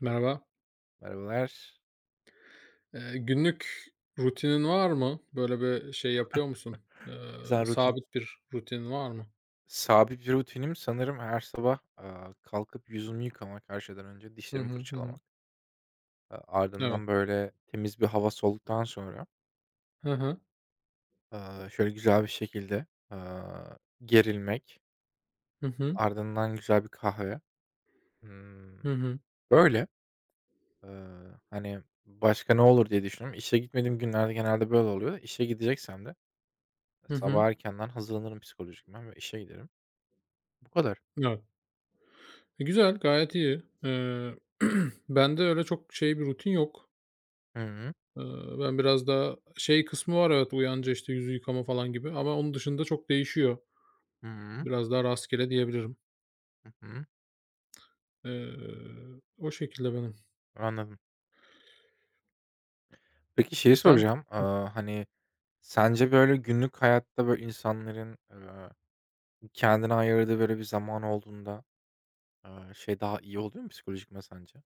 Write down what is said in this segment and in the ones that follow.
Merhaba. Merhabalar. Günlük rutinin var mı? Böyle bir şey yapıyor musun? Eee, Zaten rutin Sabit bir rutinin var mı? sabit bir rutinim sanırım her sabah, kalkıp yüzümü yıkamak her şeyden önce, Hı dişlerimi hı, hı hı. fırçalamak. Evet. Ardından, böyle, temiz bir hava soğuduktan sonra, Hı hı, şöyle güzel bir şekilde, gerilmek. hı hı, Ardından güzel bir kahve. Imm, hı hı, böyle. Hani, başka ne olur diye düşünüyorum. İşe gitmediğim günlerde genelde böyle oluyor da işe gideceksem de hı hı. sabah erkenden hazırlanırım psikolojik ben ve işe giderim. Bu kadar. Evet. E, güzel, gayet iyi. Bende öyle çok şey bir rutin yok. Hı hı. Eee, Ben biraz daha şey kısmı var evet, uyanınca, işte, yüzü yıkama falan gibi ama onun dışında çok değişiyor. Hı hı. Biraz daha rastgele diyebilirim. Hı hı. Eee, O şekilde benim. Anladım. Peki şeyi Sen soracağım. Hani, sence, böyle, günlük hayatta, böyle, insanların, kendine ayırdığı, böyle, bir zaman olduğunda, şey daha iyi oluyor mu psikolojik sence?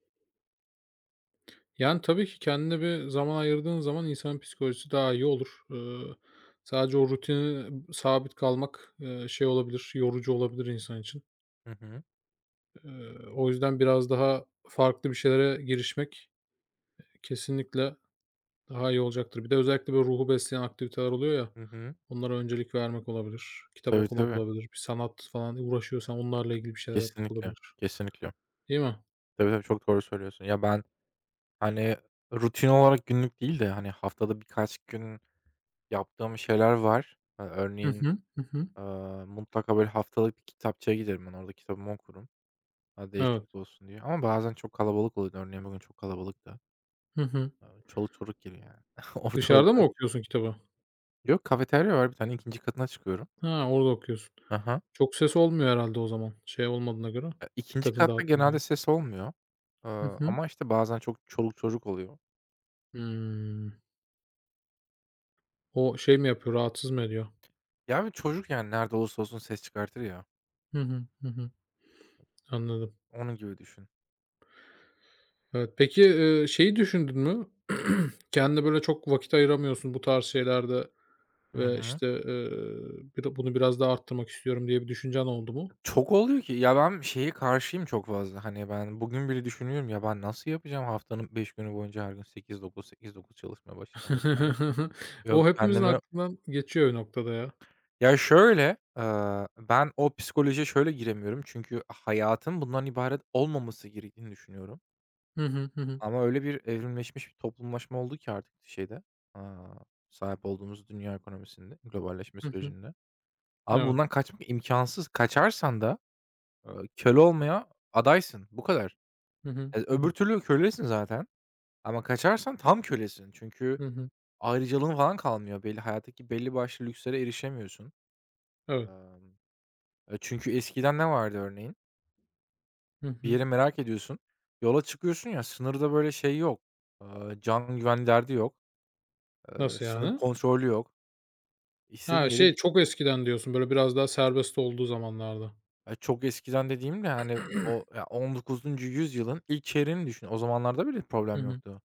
Yani, tabii ki kendine bir zaman ayırdığın zaman insanın psikolojisi daha iyi olur. Sadece o rutine sabit kalmak, şey olabilir, yorucu olabilir insan için. Hı hı. O yüzden biraz daha farklı bir şeylere girişmek kesinlikle daha iyi olacaktır. Bir de özellikle böyle ruhu besleyen aktiviteler oluyor ya, Hı hı. onlara öncelik vermek olabilir, kitap Tabii, okumak tabii. olabilir, bir sanat falan uğraşıyorsan onlarla ilgili bir şeyler yapmak Kesinlikle. olabilir, Kesinlikle. değil mi? Tabii, tabii, çok doğru söylüyorsun. Ya, ben, hani, rutin olarak günlük değil de, hani, haftada birkaç gün yaptığım şeyler var. Hı Örneğin, hı. Hı hı. Mutlaka, böyle, haftalık bir kitapçıya giderim ben. Orada kitabımı okurum. Evet. Değişiklik olsun diye ama bazen çok kalabalık oluyor. Örneğin bugün çok kalabalıktı. Hı hı. Çoluk çocuk gibi yani Dışarıda mı ortalıkta. okuyorsun kitabı? Yok, kafeterya var bir tane ikinci katına çıkıyorum. Ha, orada okuyorsun. Aha. Hı. Çok ses olmuyor herhâlde o zaman, şey olmadığına göre, Ya, 2. dikkatini katta dağıtmadığına genelde göre. ses olmuyor, Hı hı. ama, işte, bazen çok çoluk çocuk oluyor. Hımm. O şey mi yapıyor, rahatsız mı ediyor? Ya, bir çocuk yani nerede olursa olsun ses çıkartır ya, Hı hı, hı hı. Anladım. onun gibi düşün. Evet, peki, şeyi düşündün mü? Kendine böyle çok vakit ayıramıyorsun bu tarz şeylerde Hı ve, hı. işte, bir de bunu biraz daha arttırmak istiyorum diye bir düşüncen oldu mu? Çok oluyor ki ya ben şeye karşıyım çok fazla, hani, ben bugün bile düşünüyorum ya ben nasıl yapacağım haftanın 5 günü boyunca her gün sekiz dokuz çalışmaya başlayacağım vs. Yok O hepimizin kendimi aklından geçiyor bir noktada ya. Ya, şöyle, ben o psikolojiye şöyle giremiyorum çünkü hayatın bundan ibaret olmaması gerektiğini düşünüyorum Hı hı, hı hı. ama öyle bir evrimleşmiş bir toplumlaşma oldu ki artık şeyde, aaa, sahip olduğumuz dünya ekonomisinde, globalleşme Hı hı. sürecinde. Abi, Evet. bundan kaçmak imkansız. Kaçarsan da, köle olmaya adaysın. Bu kadar. Hı hı, E, hı öbür hı. türlü kölesin zaten ama kaçarsan tam kölesin. Çünkü Hı hı. ayrıcalığın falan kalmıyor. Belli hayattaki belli başlı lükslere erişemiyorsun. Evet. Emm, e, çünkü eskiden ne vardı örneğin? Hı Bir hı. yeri merak ediyorsun. Yola çıkıyorsun ya, sınırda böyle şey yok, eee, can güvenliği derdi yok. Nasıl Sınır yani? kontrolü yok. İstediğin Ha, yere şey, gi çok eskiden diyorsun, böyle, biraz daha serbest olduğu zamanlarda. Ya, çok eskiden dediğim de, hani, o ya, 19. yüzyılın ilk şehrini düşün. O zamanlarda bile Hı problem hı. yoktu.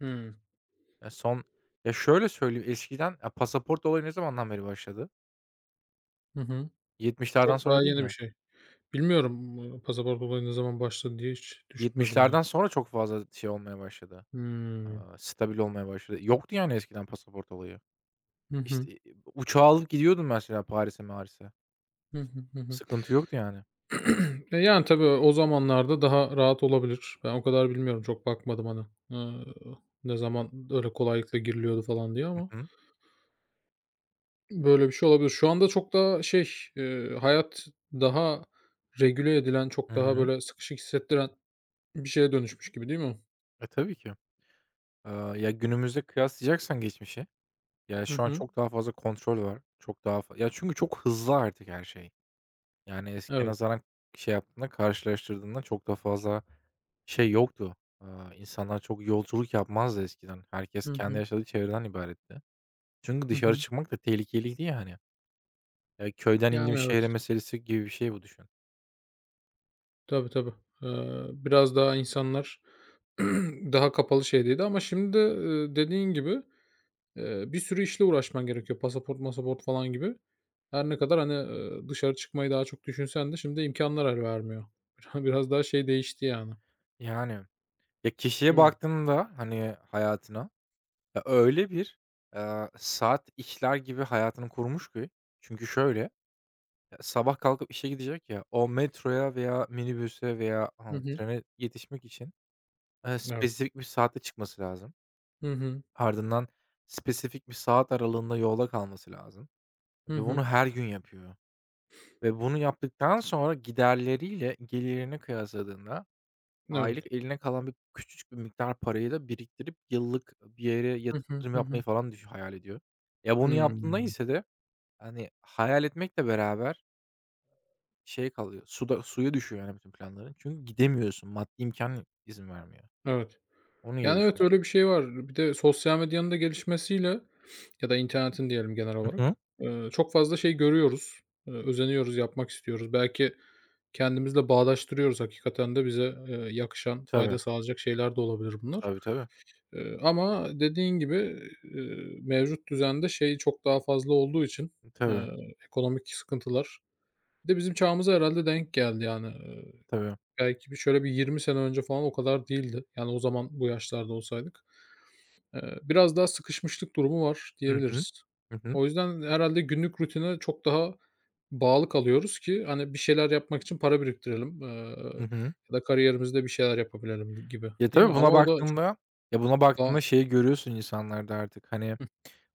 Hımm. Ya, son Ya, şöyle söyleyeyim, eskiden ya, pasaport olayı ne zamandan beri başladı? Hı hı. 70'lerden Çok sonra daha değil yeni bir mi? şey. Bilmiyorum, pasaport olayı ne zaman başladı diye hiç düşünmedim ya. 70'lerden sonra çok fazla şey olmaya başladı, Hımm. Stabil olmaya başladı. Yoktu yani eskiden pasaport olayı. Hı İşte, hı. Uçağa alıp gidiyordum mesela Paris'e maris'e. Hı hı. Hı hı. Sıkıntı yoktu yani. E, yani, tabii o zamanlarda daha rahat olabilir. Ben o kadar bilmiyorum, çok bakmadım, hani, ııı, ne zaman öyle kolaylıkla giriliyordu falan diye Hı ama hı. böyle bir şey olabilir. Şu anda çok daha şey, hayat daha regüle edilen, Hı çok daha hı. böyle sıkışık hissettiren bir şeye dönüşmüş gibi değil mi? E, tabii ki. Eee, ya, günümüzde kıyaslayacaksan geçmişi, ya, Hı şu an hı. çok daha fazla kontrol var. Çok daha fa Ya, çünkü çok hızlı artık her şey. Yani, eskiye Evet. nazaran şey yaptığında, karşılaştırdığında çok daha fazla şey yoktu. Eee, insanlar çok yolculuk yapmazdı eskiden. Herkes Hı kendi hı. yaşadığı çevreden ibaretti. Çünkü Hı dışarı hı. çıkmak da tehlikeliydi yani. Ya, köyden indim Yani, evet. şehre meselesi gibi bir şey bu, düşün. Tabii, tabii. Biraz daha insanlar daha kapalı şeydeydi ama şimdi, dediğin gibi, bir sürü işle uğraşman gerekiyor. Pasaport masaport falan gibi. Her ne kadar, hani, dışarı çıkmayı daha çok düşünsen de şimdi imkanlar el vermiyor. Biraz daha şey değişti yani, Yani, ya, kişiye değil mi? baktığında, hani, Ya, öyle bir, saat işler gibi hayatını kurmuş ki çünkü şöyle, ya, sabah kalkıp işe gidecek ya, o metroya veya minibüse veya, Hı hı. trene yetişmek için, Evet. spesifik bir saatte çıkması lazım. Hı hı. Ardından spesifik bir saat aralığında yolda kalması lazım ve Hı hı. bunu her gün yapıyor ve bunu yaptıktan sonra giderleriyle gelirini kıyasladığında Evet. aylık eline kalan bir küçücük bir miktar parayı da biriktirip yıllık bir yere Hı hı. yatırım Hı yapmayı hı. falan düşün hayal ediyor. Ya, bunu yaptığında Hımm. ise de, hani, hayal etmekle beraber şey kalıyor, suda suya düşüyor yani bütün planların. Çünkü gidemiyorsun, maddi imkan izin vermiyor. Evet. Onu gibi Yani, evet, düşün. öyle bir şey var. Bir de sosyal medyanın da gelişmesiyle ya da internetin diyelim genel Hı olarak, hı. Çok fazla şey görüyoruz, özeniyoruz, yapmak istiyoruz. Belki kendimizle bağdaştırıyoruz. Hakikaten de bize, yakışan, Tabii. fayda sağlayacak şeyler de olabilir bunlar. Tabii, tabii. Ama dediğin gibi, mevcut düzende şey çok daha fazla olduğu için, Tabii, eee, ekonomik sıkıntılar. Bir de bizim çağımıza herhalde denk geldi, yani. Tabii. Belki bir şöyle bir 20 sene önce falan o kadar değildi. Yani, o zaman bu yaşlarda olsaydık. Biraz daha sıkışmışlık durumu var Hı hı. diyebiliriz. Hı hı. O yüzden herhâlde günlük rutine çok daha bağlı kalıyoruz ki, hani, bir şeyler yapmak için para biriktirelim, Hı hı. ya da kariyerimizde bir şeyler yapabilelim gibi, Ya, değil mi? tabii Ama buna o da baktığında çok Buna daha. baktığında şeyi görüyorsun insanlarda artık, hani,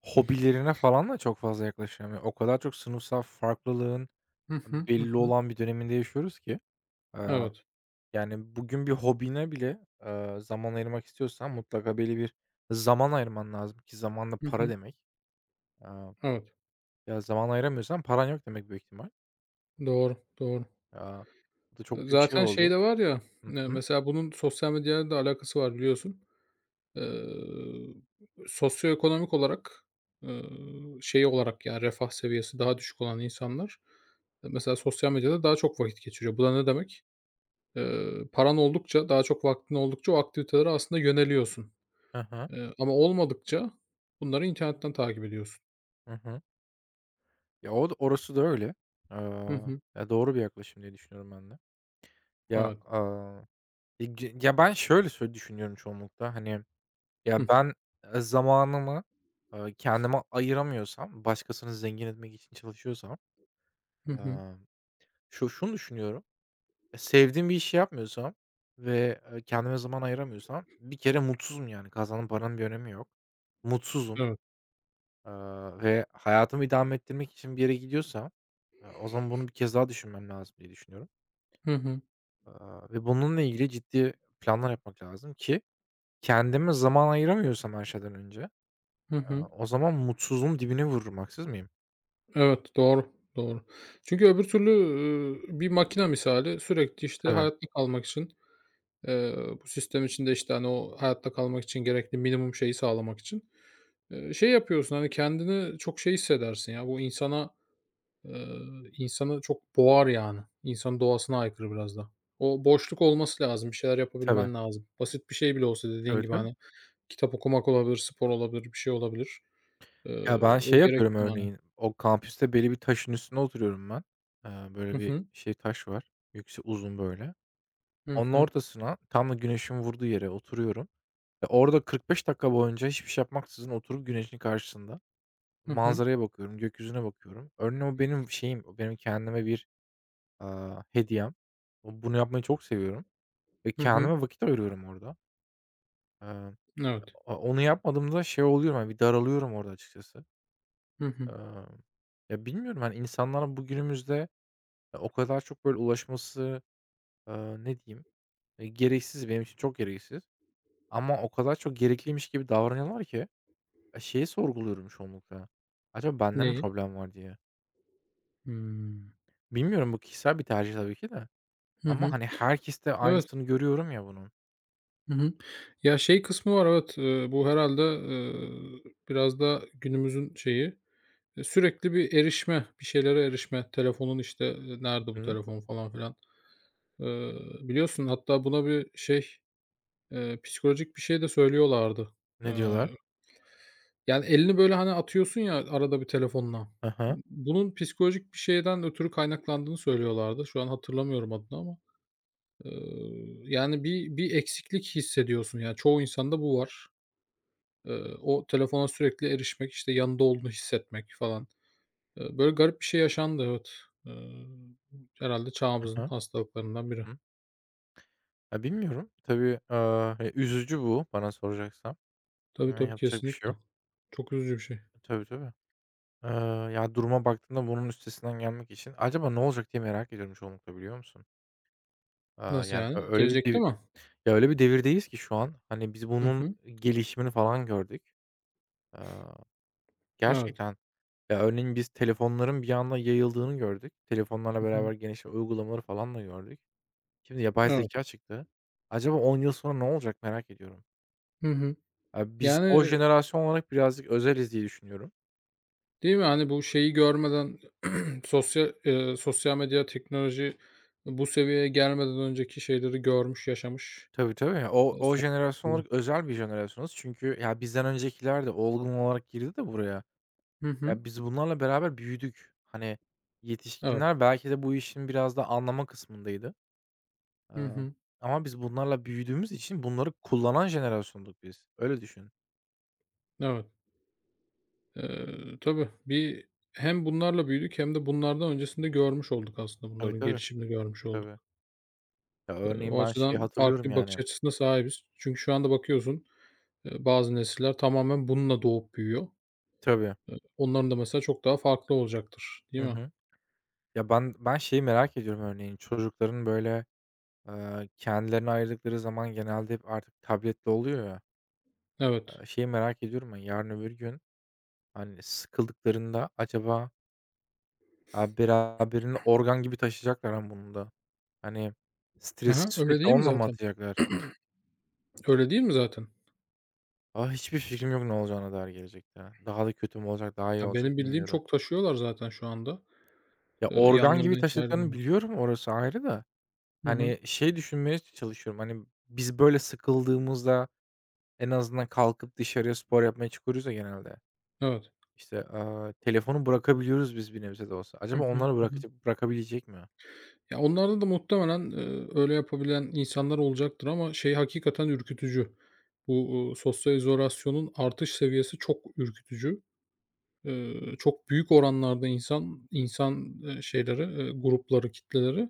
hobilerine falan da çok fazla yaklaşamıyor. O kadar çok sınıfsal farklılığın Hı hı, hı belli hı. olan bir döneminde yaşıyoruz ki, eee, Evet. yani, bugün bir hobine bile, zaman ayırmak istiyorsan mutlaka belli bir zaman ayırman lazım ki zaman da Hı para hı. demek. Eee, Evet. ya, zaman ayıramıyorsan paran yok demek büyük ihtimal. Doğru, doğru. Aaa, bu da çok büyük şey Zaten şey oldu. de var ya, Hı hı. mesela bunun sosyal medyayla da alakası var biliyorsun. Eee, Sosyoekonomik olarak, eee, şey olarak, yani, refah seviyesi daha düşük olan insanlar, mesela sosyal medyada daha çok vakit geçiriyor. Bu da ne demek? Paran oldukça, daha çok vaktin oldukça o aktivitelere aslında yöneliyorsun. Hı hı. Ama olmadıkça bunları internetten takip ediyorsun. Hı hı. Ya, o da orası da öyle. Hı hı. Ya, doğru bir yaklaşım diye düşünüyorum ben de. Ya, Evet. Ya, ben şöyle düşünüyorum çoğunlukla, Hıh. Ya, ben, zamanımı, kendime ayıramıyorsam, başkasını zengin etmek için çalışıyorsam, Hı hı. eee, şunu düşünüyorum, e, sevdiğim bir işi yapmıyorsam ve, kendime zaman ayıramıyorsam bir kere mutsuzum, yani, kazandığım paranın bir önemi yok. Mutsuzum, Evet. eee, ve hayatımı idame ettirmek için bir yere gidiyorsam, o zaman bunu bir kez daha düşünmem lazım diye düşünüyorum, Hı hı. eee, ve bununla ilgili ciddi planlar yapmak lazım ki kendime zaman ayıramıyorsam her şeyden önce. Hı A, hı. o zaman mutsuzluğun dibine vururum, haksız mıyım? Evet, doğru, doğru. Çünkü öbür türlü, bir makine misali sürekli, işte, Tabii, hayatta kalmak için Eee, bu sistem içinde, işte, hani, o hayatta kalmak için gerekli minimum şeyi sağlamak için, şey yapıyorsun, hani, kendini çok şey hissedersin ya, bu insana, eee, insanı çok boğar yani. İnsanın doğasına aykırı biraz da. O boşluk olması lazım, bir şeyler tabii. yapabilmen lazım. Basit bir şey bile olsa dediğin Tabii, gibi, tabii. hani, kitap okumak olabilir, spor olabilir, bir şey olabilir. Ya, ben şey O yapıyorum gerekli yani. örneğin, o kampüste belli bir taşın üstüne oturuyorum ben. Böyle Hı bir hı. şey taş var, yüksek, uzun böyle. Hı Onun hı. ortasına tam da güneşin vurduğu yere oturuyorum ve orada 45 dakika boyunca hiçbir şey yapmaksızın oturup güneşin karşısında Hı hı. manzaraya bakıyorum, gökyüzüne bakıyorum. Örneğin o benim şeyim, o benim kendime bir, hediyem. Bunu yapmayı çok seviyorum ve Hı hı. kendime vakit ayırıyorum orada. Eee Evet. A onu yapmadığımda şey oluyorum, hani, bir daralıyorum orada açıkçası. Hı hı. Emm, ya, bilmiyorum, hani, insanlar bu günümüzde, o kadar çok böyle ulaşması, ne diyeyim, gereksiz, benim için çok gereksiz ama o kadar çok gerekliymiş gibi davranıyorlar ki, şeyi sorguluyorum çoğunlukla. Acaba bende mi Neyi? problem var diye. Hımm. Bilmiyorum, bu kişisel bir tercih tabii ki de Hı ama, hı. hani, herkeste Evet. aynısını görüyorum ya bunun. Hı hı. Ya, şey kısmı var evet, bu herhalde biraz da günümüzün şeyi, sürekli bir erişme, bir şeylere erişme. Telefonun işte, nerede bu Hı. telefon falan filan. Eee, Biliyorsun hatta buna bir şey, psikolojik bir şey de söylüyorlardı. Ne Eee, diyorlar? Yani elini böyle, hani, atıyorsun ya arada bir telefonla. Hı hı. Bunun psikolojik bir şeyden ötürü kaynaklandığını söylüyorlardı. Şu an hatırlamıyorum adını ama. Yani bir eksiklik hissediyorsun. Yani çoğu insanda bu var. O telefona sürekli erişmek, işte, yanında olduğunu hissetmek falan. Böyle garip bir şey yaşandı, evet. Eee, Herhâlde çağımızın Hı. hastalıklarından biri. Ya, bilmiyorum. Tabii, üzücü bu bana soracaksan. Tabii, tabii, Yapacak bir şey kesinlikle. yok. Çok üzücü bir şey. Tabii, tabii. Eee, ya, duruma baktığında bunun üstesinden gelmek için acaba ne olacak diye merak ediyorum çoğunlukla, biliyor musun? Nasıl Yani, ö yani? öyle bir Gelecekte dev mi? ya, öyle bir devirdeyiz ki şu an, hani, biz Hı bunun hı. gelişimini falan gördük. Eee, Evet. gerçekten. Ya, örneğin biz telefonların bir anda yayıldığını gördük. Telefonlarla Hı hı. beraber genişleyen uygulamaları falan da gördük. Şimdi yapay Evet. zekâ çıktı. Acaba 10 yıl sonra ne olacak merak ediyorum. Hı hı. Ya, biz o Yani, jenerasyon olarak birazcık özeliz diye düşünüyorum. değil mi? Hani, bu şeyi görmeden sosyal medya, teknoloji bu seviyeye gelmeden önceki şeyleri görmüş, yaşamış. Tabii, tabii. O E, o son- jenerasyon olarak özel bir jenerasyonuz. Çünkü ya bizden öncekiler de olgun olarak girdi de buraya. Hı hı. Ya biz bunlarla beraber büyüdük. Hani Evet. yetişkinler belki de bu işin biraz da anlama kısmındaydı. Hı Eee, hı. ama biz bunlarla büyüdüğümüz için bunları kullanan jenerasyonduk biz. Öyle düşün. Evet. Tabii bir hem bunlarla büyüdük hem de bunlardan öncesinde görmüş olduk aslında Tabii, bunların tabii, gelişimini görmüş olduk. tabii. Ya örneğin O ben şeyi açıdan hatırlıyorum farklı bir yani. bakış açısına sahibiz. Çünkü şu anda bakıyorsun, bazı nesiller tamamen bununla doğup büyüyor. Tabii. Onların da mesela çok daha farklı olacaktır, değil Hı mi? hı. Ya ben şeyi merak ediyorum örneğin çocukların böyle, kendilerine ayırdıkları zaman genelde hep artık tablet'te oluyor ya. Evet. Şeyi merak ediyorum ben, yarın öbür gün, hani, sıkıldıklarında acaba, beraberinde organ gibi taşıyacaklar ha bunu da. Hani, Hı stresi hı, öyle sürekli değil mi onunla mı zaten? atacaklar? Öyle değil mi zaten? Ah, hiçbir fikrim yok ne olacağına dair gelecekte. Daha da kötü mü olacak, daha iyi Ya, olacak benim bildiğim bilmiyorum. çok taşıyorlar zaten şu anda. Ya, organ gibi Yanlarından hiç taşıdıklarını ayrılmıyor. biliyorum, orası ayrı da. Hı hı. Hani, şey düşünmeye çalışıyorum, hani, biz böyle sıkıldığımızda en azından kalkıp dışarıya spor yapmaya çıkıyoruz ya genelde. Evet. İşte, telefonu bırakabiliyoruz biz bir nebze de olsa. Hı Acaba hı. onları Hı hı. Bırakabilecek mi? Ya, onlarda da muhtemelen, öyle yapabilen insanlar olacaktır ama şey hakikaten ürkütücü. Bu, sosyal izolasyonun artış seviyesi çok ürkütücü. Çok büyük oranlarda şeyleri, grupları, kitleleri,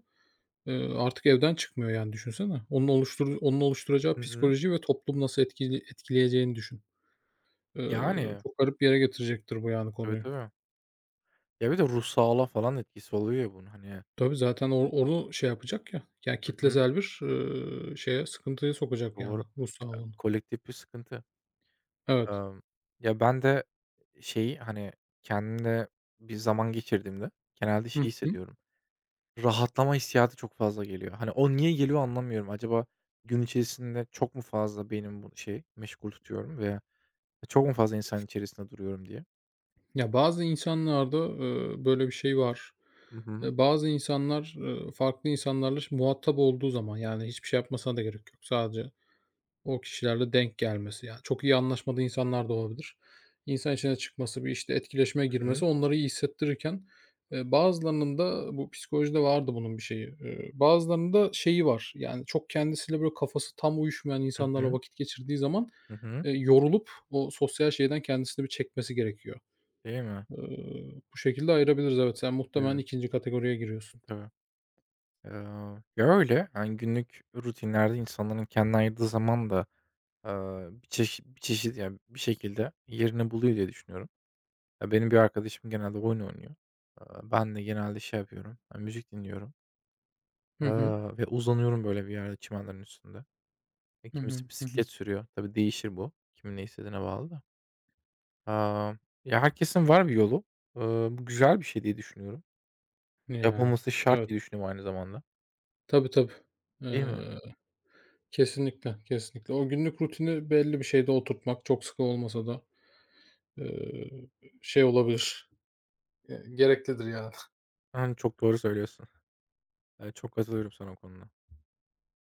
artık evden çıkmıyor yani düşünsene. Onun oluşturacağı Hı hı. psikoloji ve toplum nasıl etkileyeceğini düşün. Eee, Yani. Çok garip bir yere getirecektir bu yani Tabii, konuyu. tabii. Ya, bir de ruh sağlığa falan etkisi oluyor ya bunun, hani. Tabii zaten o onu şey yapacak ya, yani Hı hı. kitlesel bir, şeye, sıkıntıya sokacak yani Doğru. ruh Ya, sağlığını. kolektif bir sıkıntı. Evet. Emm, ya, ben de şeyi, hani, kendimle bir zaman geçirdiğimde genelde Hı şeyi hı. hissediyorum, rahatlama hissiyatı çok fazla geliyor. Hani, o niye geliyor anlamıyorum. Acaba gün içerisinde çok mu fazla benim bu şey, meşgul tutuyorum veya çok mu fazla insan içerisinde duruyorum diye. Ya, bazı insanlarda, böyle bir şey var. Hı hı. Bazı insanlar, farklı insanlarla muhatap olduğu zaman, yani, hiçbir şey yapmasına da gerek yok. Sadece o kişilerle denk gelmesi, yani, çok iyi anlaşmadığı insanlar da olabilir. İnsan içine çıkması, bir, işte, etkileşime Hı hı. girmesi onları iyi hissettirirken, bazılarının da bu psikolojide vardı bunun bir şeyi, bazılarının da şeyi var, yani, çok kendisiyle, böyle, kafası tam uyuşmayan Hı insanlarla hı. vakit geçirdiği zaman, Hı hı. Yorulup o sosyal şeyden kendisini bir çekmesi gerekiyor. Değil mi? Bu şekilde ayırabiliriz, evet. Sen muhtemelen Tabii, ikinci kategoriye giriyorsun. tabii. Eee, ya, öyle, hani, günlük rutinlerde insanların kendine ayırdığı zaman da, bir çeşit, yani, bir şekilde yerini buluyor diye düşünüyorum. Ya, benim bir arkadaşım genelde oyun oynuyor. Ben de genelde şey yapıyorum, müzik dinliyorum, Hı hı. eee, ve uzanıyorum böyle bir yerde çimenlerin üstünde. E, Hı hı. kimisi Hı hı. bisiklet sürüyor. Tabii değişir bu. Kimin ne istediğine bağlı da. Aaa, ya, herkesin var bir yolu. Eee, bu güzel bir şey diye düşünüyorum. Ya, Yapılması şart evet. diye düşünüyorum aynı zamanda, Tabii, tabii. değil mi? Eee Kesinlikle, kesinlikle. O günlük rutini belli bir şeyde oturtmak, çok sıkı olmasa da, eee, şey olabilir, gereklidir yani. Hani, çok doğru söylüyorsun. Evet, çok katılıyorum sana o konuda.